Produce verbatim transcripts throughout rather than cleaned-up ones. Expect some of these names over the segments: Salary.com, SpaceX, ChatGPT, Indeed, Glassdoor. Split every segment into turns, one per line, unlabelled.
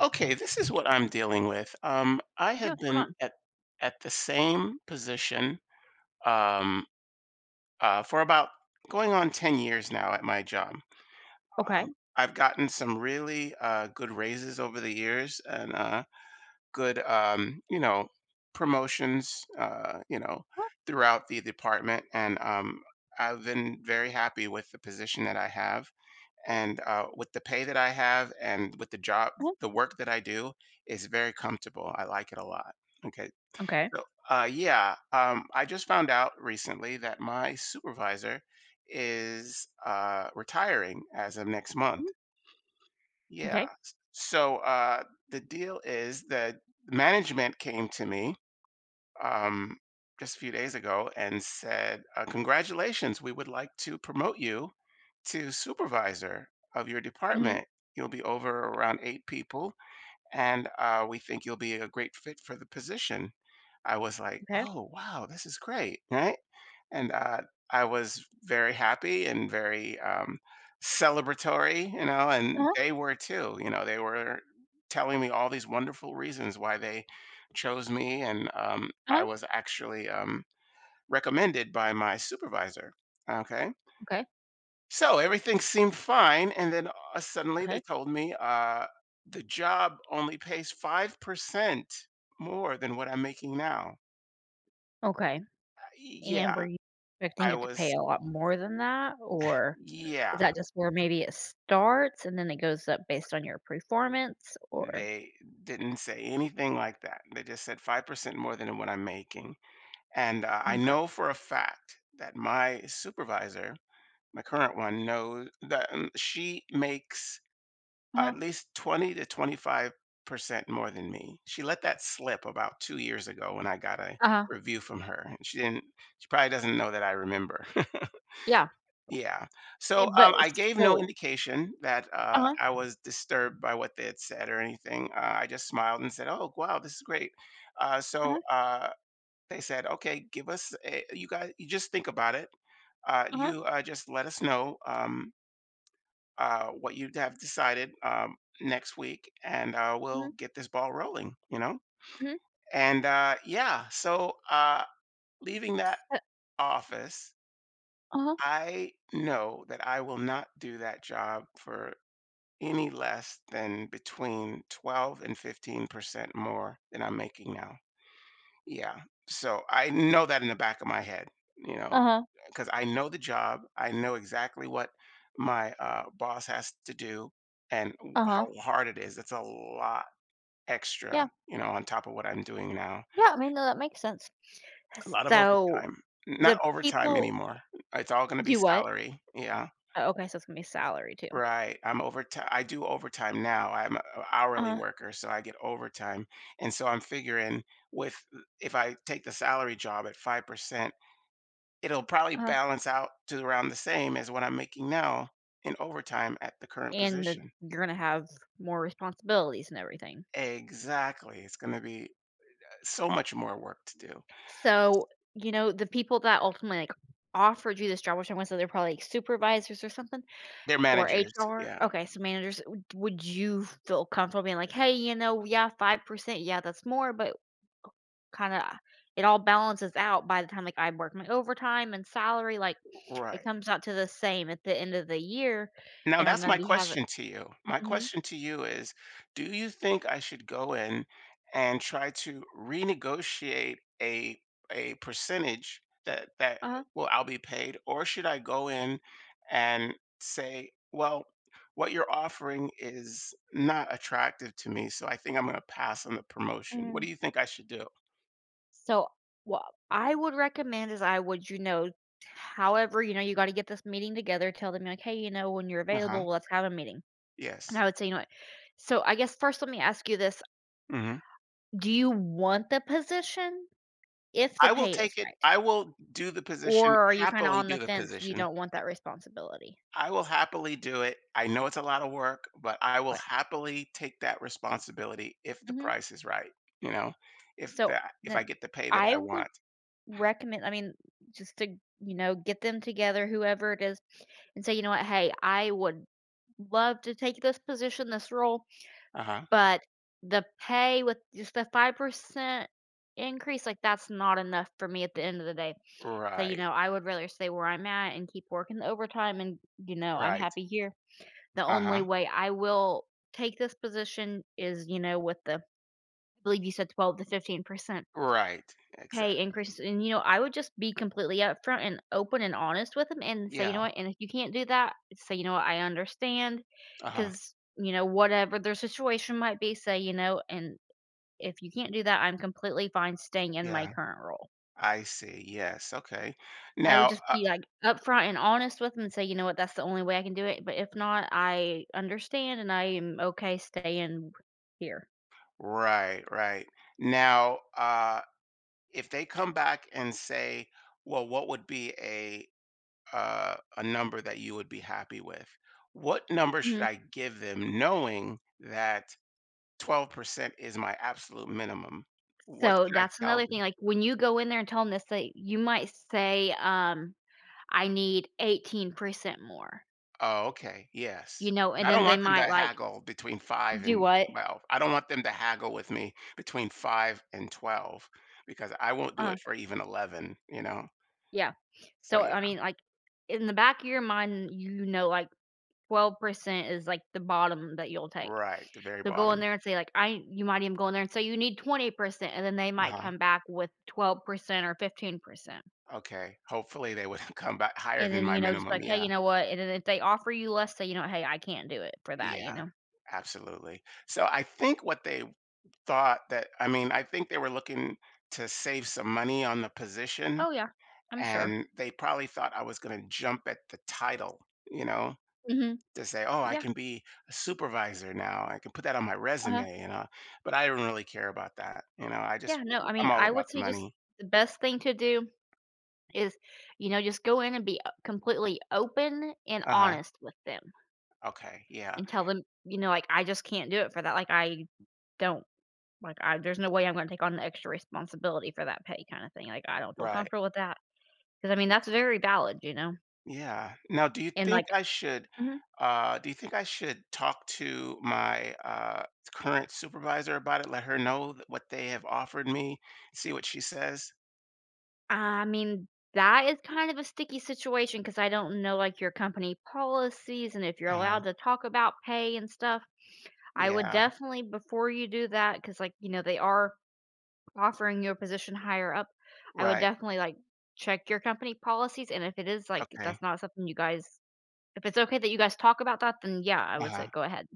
Okay, this is what I'm dealing with. Um, I
Yeah,
have
what's going
been
on?
at at the same position um, uh, for about going on ten years now at my job.
Okay.
Um, I've gotten some really uh, good raises over the years and uh, good, um, you know, promotions, uh, you know,
What?
throughout the department. And um, I've been very happy with the position that I have and uh, with the pay that I have and with the job,
Mhm.
the work that I do is very comfortable. I like it a lot. Okay,
Okay.
so uh, yeah, um, I just found out recently that my supervisor is uh, retiring as of next month.
Mhm.
Yeah,
Okay.
S- so uh, the deal is that management came to me um, just a few days ago and said, uh, "Congratulations, we would like to promote you to supervisor of your
Mhm.
department. You'll be over around eight people, and uh, we think you'll be a great fit for the position." I was like,
Okay.
"Oh wow, this is great!" Right? and uh, I was very happy and very um, celebratory, you know, and
Uh-huh.
they were too. You know, they were telling me all these wonderful reasons why they chose me, and um, I
Uh-huh.
was actually um, recommended by my supervisor. Okay,
Okay.
so everything seemed fine, and then uh, suddenly they
Okay.
told me uh, the job only pays five percent more than what I'm making now.
Okay. And
Yeah,
were you expecting
I
it to pay
was.
a lot more than that? Or is
Yeah,
that just where maybe it starts and then it goes up based on your performance, or...
they didn't say anything like that. They just said five percent more than what I'm making. And uh, I know
Okay.
for a fact that my supervisor, my current one, knows that um, she makes
Uh-huh.
at least twenty to twenty-five percent more than me. She let that slip about two years ago when I got a
Uh-huh.
review from her. And she didn't, she probably doesn't know that I remember.
Yeah.
Yeah.
Eh,
So, um,
but
I gave no
so...
indication that, uh,
Uh-huh.
I was disturbed by what they had said or anything. Uh, I just smiled and said, "Oh, wow, this is great." Uh, so,
Uh-huh.
uh, they said, "Okay, give us a you guys you just think about it. Uh,
Uh-huh.
you, uh, just let us know, um, uh, what you have decided, um, next week, and, uh, we'll
Mhm.
get this ball rolling," you know?
Mhm.
And, uh, yeah, so, uh, leaving that
So...
office,
Uh-huh.
I know that I will not do that job for any less than between twelve and fifteen percent more than I'm making now. Yeah. So I know that in the back of my head, you know,
Uh-huh.
because I know the job, I know exactly what my uh, boss has to do and w- how
Uh-huh.
hard it is. That's a lot
Yeah.
extra, you know, on top of what I'm doing now.
Yeah, I mean, no, that makes sense.
A lot of
So
overtime. Not
the
overtime
people
anymore. It's all going to be
do what?
salary. Yeah.
Oh, okay, so it's gonna be salary too.
Right, I'm overti I do overtime now, I'm an hourly
Uh-huh,
worker, so I get overtime, and so I'm figuring with uh, if I take the salary job at five percent, it'll probably
uh-huh,
balance out to around the same as what I'm making now in overtime at the current
and the
position.
you're gonna have more responsibilities and everything.
Exactly, it's gonna be, uh, so much more work to do.
So, you know, the people that ultimately, like, offered you this job, which I am going to say they're probably like supervisors or something,
They're
or
managers,
H R,
yeah,
okay, so managers, would would you feel comfortable being like, "Hey, you know, yeah, five percent, yeah, that's more, but kinda it all balances out by the time, like, I work my overtime and salary, like,
right.
it comes out to the same at the end of the year,
Now
and I'm
that's
gonna
my
be having"?
question to you. My
Mhm,
question to you is, do you think I should go in and try to renegotiate a a percentage that that
uh-huh,
well I'll be paid, or should I go in and say, well, what you're offering is not attractive to me, so I think I'm going to pass on the promotion. What do
mhm.
you think I should do?
So, what I would recommend is I would, you know, however, you know, you gotta get this meeting together, tell them like, "Hey, you know, when you're
Uh-huh.
available, let's have a meeting." And
Yes.
I would say, "You know what?" So, I guess first let me ask you this,
Hmm.
do you want the position if the
I will
pay is
take it.
right?
I will do the position,
Or are you kinda
happily
on
do
the
the
fence, you
position.
don't want that responsibility?
I will happily do it. I know it's a lot of work, but I will
But...
happily take that responsibility if the
Mhm.
price is right, you know? If
So,
that if I
then
get the pay that
I
I
would
want.
recommend, I mean, just to, you know, get them together, whoever it is, and say, "You know what? Hey, I would love to take this position, this role.
Uh-huh.
But the pay with just the five percent increase, like, that's not enough for me at the end of the day. So, you
Right.
know, I would rather stay where I'm at and keep working the overtime, and you know, I'm
Right.
happy here. The only
Uh-huh.
way I will take this position is, you know, with the I believe you said twelve to fifteen percent
Right.
pay
Exactly.
increases, and, you know, I would just be completely upfront and open and honest with them and say, "You know
Yeah.
what? And if you can't do that, say, you know what? I understand,
Uh-huh.
because you know, whatever their situation might be, say, you know, and if you can't do that, I'm completely fine staying in my
Yeah.
current role.
I see. Yes. Okay.
I would
Now,
just
uh,
be, like, upfront and honest with them and say, "You know what? That's the only way I can do it, but if not, I understand, and I am okay staying here."
right, right. Now, uh if they come back and say, "Well, what would be a uh, a number that you would be happy with." What number should
Mhm.
I give them knowing that twelve percent is my absolute minimum? What
So,
should I
that's
tell
another
them?
thing, like, when you go in there and tell them this, like, you might say, um, "I need eighteen percent more,"
Oh, okay.
you
Yes.
know, and
I don't
then they
want them to
might, like...
haggle between 5
Do
and
what?
12. I don't want them to haggle with me between five and twelve because I won't do
Uh,
it for even eleven, you know?
yeah.
So
So, I
yeah.
mean, like, in the back of your mind, you know, like, twelve percent is, like, the bottom that you'll take.
Right, the very
So go in
bottom.
there and say, like, I... you might even go in there and say, "You need twenty percent," and then they might
Uh-huh.
come back with twelve percent or fifteen percent.
Okay. Hopefully they would come back higher
And
than
then,
my
you know, just
minimum.
like, "Hey,
Yeah.
you know what?" And then if they offer you less, say, you know, "Hey, I can't do it for that," you
Yeah,
know?
absolutely. So I think what they thought that I mean, I think they were looking to save some money on the position,
Oh, yeah. I'm sure.
and they probably thought I was going to jump at the title, you know,
Mhm.
to say, "Oh, I
Yeah.
can be a supervisor now. I can put that on my
Uh-huh.
resume," you know. But I didn't really care about that, you know. I just
Yeah, no, I
I'm
mean,
all
I
about
would
the
say just
money.
the best thing to do is, you know, just go in and be o... completely open and
Uh huh.
honest with them
Okay. Yeah.
and tell them, you know, like, "I just can't do it for that. Like, I don't... Like, I there's no way I'm gonna take on the extra responsibility for that pay kinda thing, like, I don't feel
Right.
comfortable with that because I mean, that's very valid, you know?
Yeah. Now, do you
And,
think
like...
I should
Mhm.
uh do you think I should talk to my uh current supervisor about it? Let her know th- what they have offered me, see what she says?
I mean, that is kind of a sticky situation because I don't know, like, your company policies and if you're
Uh,
allowed to talk about pay and stuff. I would
yeah.
definitely before you do that because like, you know, they are offering you a position higher up, I would
Right.
definitely, like, check your company policies, and if it is, like, that's
Okay.
not something you guys... if it's okay that you guys talk about that, then, yeah, I would say
Uh-huh.
go ahead.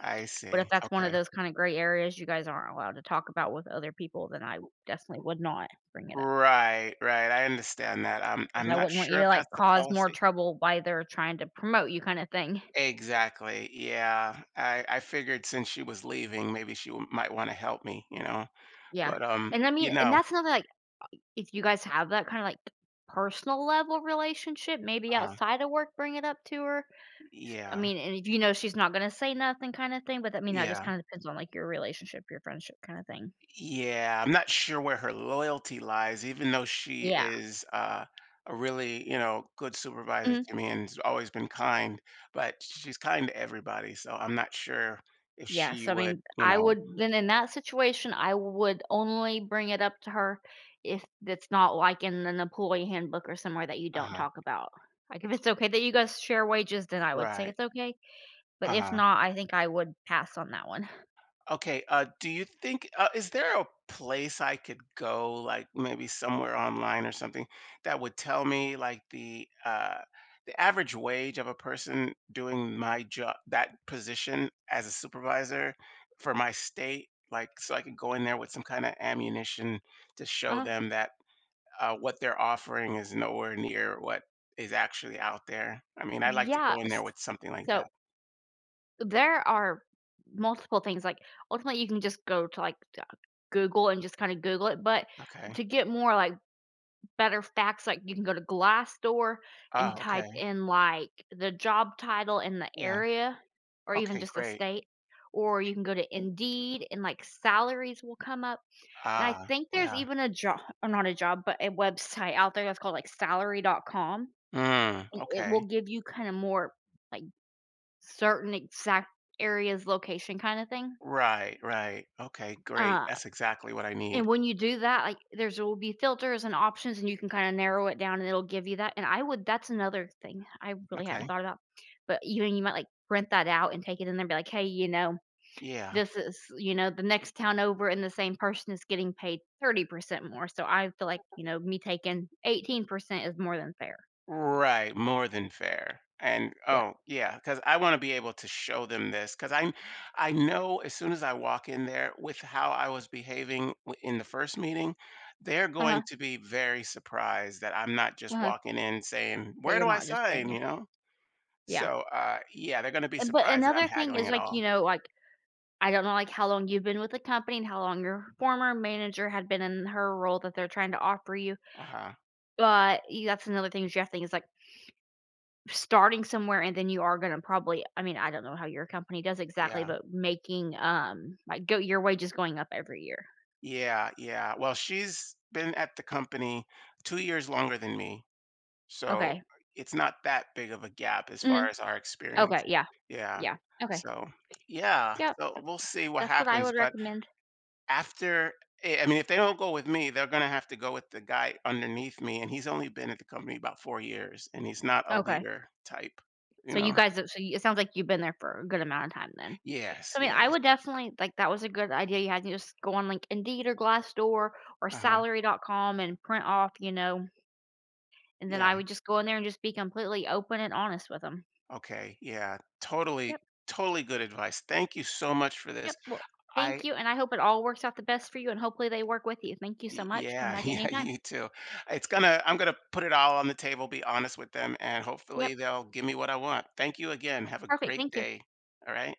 I
But
see.
if that's one of
Okay.
those kinda gray areas you guys aren't allowed to talk about with other people, then I definitely would not bring it up
Right, right. I understand that. I'm
because
I'm
I
not
wouldn't want
sure
you
if
to, like,
that's the
cause more
policy.
trouble by their trying to promote you kinda thing.
Exactly. Yeah. I I figured since she was leaving, maybe she w- might want to help me, you know.
Yeah,
But um,
and I
you
mean and
know,
that's another, like, if you guys have that kinda, like, personal level relationship, maybe
uh
outside of work, bring it up to her. S I
yeah.
mean, and if you know she's not gonna say nothing kinda thing, but, I mean, that just
Yeah.
kinda depends on, like, your relationship, your friendship kinda thing.
Yeah, I'm not sure where her loyalty lies, even though she
Yeah.
is uh, a really, you know, good supervisor
Mhm.
to me and has always been kind, but she's kind to everybody. So I'm not sure if she
Yes, I
would,
mean,
you
I
know,
would then in that situation, I would only bring it up to her if it's not like in an employee handbook or somewhere that you don't
uh
talk about. Like if it's okay that you guys share wages, then I would say
right.
it's okay. But if
Uh-huh.
not, I think I would pass on that one.
Okay, uh, do you think uh, is there a place I could go, like maybe somewhere online or something, that would tell me like the uh, the average wage of a person doing my job, that position as a supervisor for my state, like so I could go in there with some kind of ammunition to show
Uh,
them that uh, what they're offering is nowhere near what is actually out there. I mean, I'd like to go in
yes.
there with something like
So
that.
there are multiple things. Like ultimately, you can just go to like uh, Google and just kind of Google it. But
Okay.
to get more like better facts, like, you can go to Glassdoor and
Oh,
type
okay.
in, like, the job title in the
Yeah.
area or even
Okay,
just the
great.
state, or you can go to Indeed and, like, salaries will come up, and I
Ah,
think there's
yeah.
even a job or not a job, but a website out there that's called, like, Salary salary.com,
Mm,
and it
okay.
will give you kinda more, like, certain exact areas, location kinda thing.
Right, right. Okay, great.
uh
That's exactly what I
And
need.
when you do that, like, there's there will be filters and options, and you can kinda narrow it down, and it'll give you that, and I would... that's another thing I really hadn't
Okay.
thought about, but, you know, you might, like, print that out and take it in there and be like, "Hey, you know,
Yeah.
this is, you know, the next town over, and the same person is getting paid thirty percent more, so I feel like, you know, me taking eighteen percent is more than fair."
Right, more than fair. And
Yeah.
oh, yeah, because I want to be able to show them this because I, I know as soon as I walk in there with how I was behaving w- in the first meeting, they're going
Uh-huh,
to be very surprised that I'm not just
uh-huh,
walking in saying,
that
"Where
you're
do I
not just saying
sign?"
yeah.
You know.
Yeah,
So, uh, yeah, they're going to be
and but
surprised that I'm
another thing
haggling
is,
at
like,
all.
you know, like I don't know, like, how long you've been with the company and how long your former manager had been in her role that they're trying to offer you,
Uh huh.
but you that's another thing you have to think is, like, starting somewhere and then you are gonna probably I mean, I don't know how your company does exactly,
Yeah.
but making, um, like, go your wages going up every year.
Yeah, yeah. Well, she's been at the company two years longer than me, so
Okay.
it's not that big of a gap as far
Mhm.
as our
Okay,
experience.
yeah.
Yeah.
Yeah. Okay.
So, yeah,
Yep.
so we'll see what
That's what I
happens,
would
but
recommend.
after eh, I mean, if they don't go with me, they're gonna have to go with the guy underneath me, and he's only been at the company about four years, and he's not a
Okay.
leader type, you
So you
know?
guys so you it sounds like you've been there for a good amount of time then.
Yes,
So, I mean, I
yes.
would definitely like, that was a good idea you had. You just go on, like, Indeed or Glassdoor or
Uh-huh.
salary dot com and print off, you know, and then
Yeah.
I would just go in there and just be completely open and honest with them.
Okay. Yeah. Totally,
Yep,
totally good advice. Thank you so much for
yep,
this.
well,
I
thank you, and I hope it all works out the best for you, and hopefully they work with you. Thank you so
Y-
much. Come
Yeah,
back
yeah,
anytime.
you too. It's gonna, I'm gonna put it all on the table, be honest with them, and
Yep,
hopefully they'll give me what I want. Thank you again. Have a
perfect,
great
thank you.
day. All right.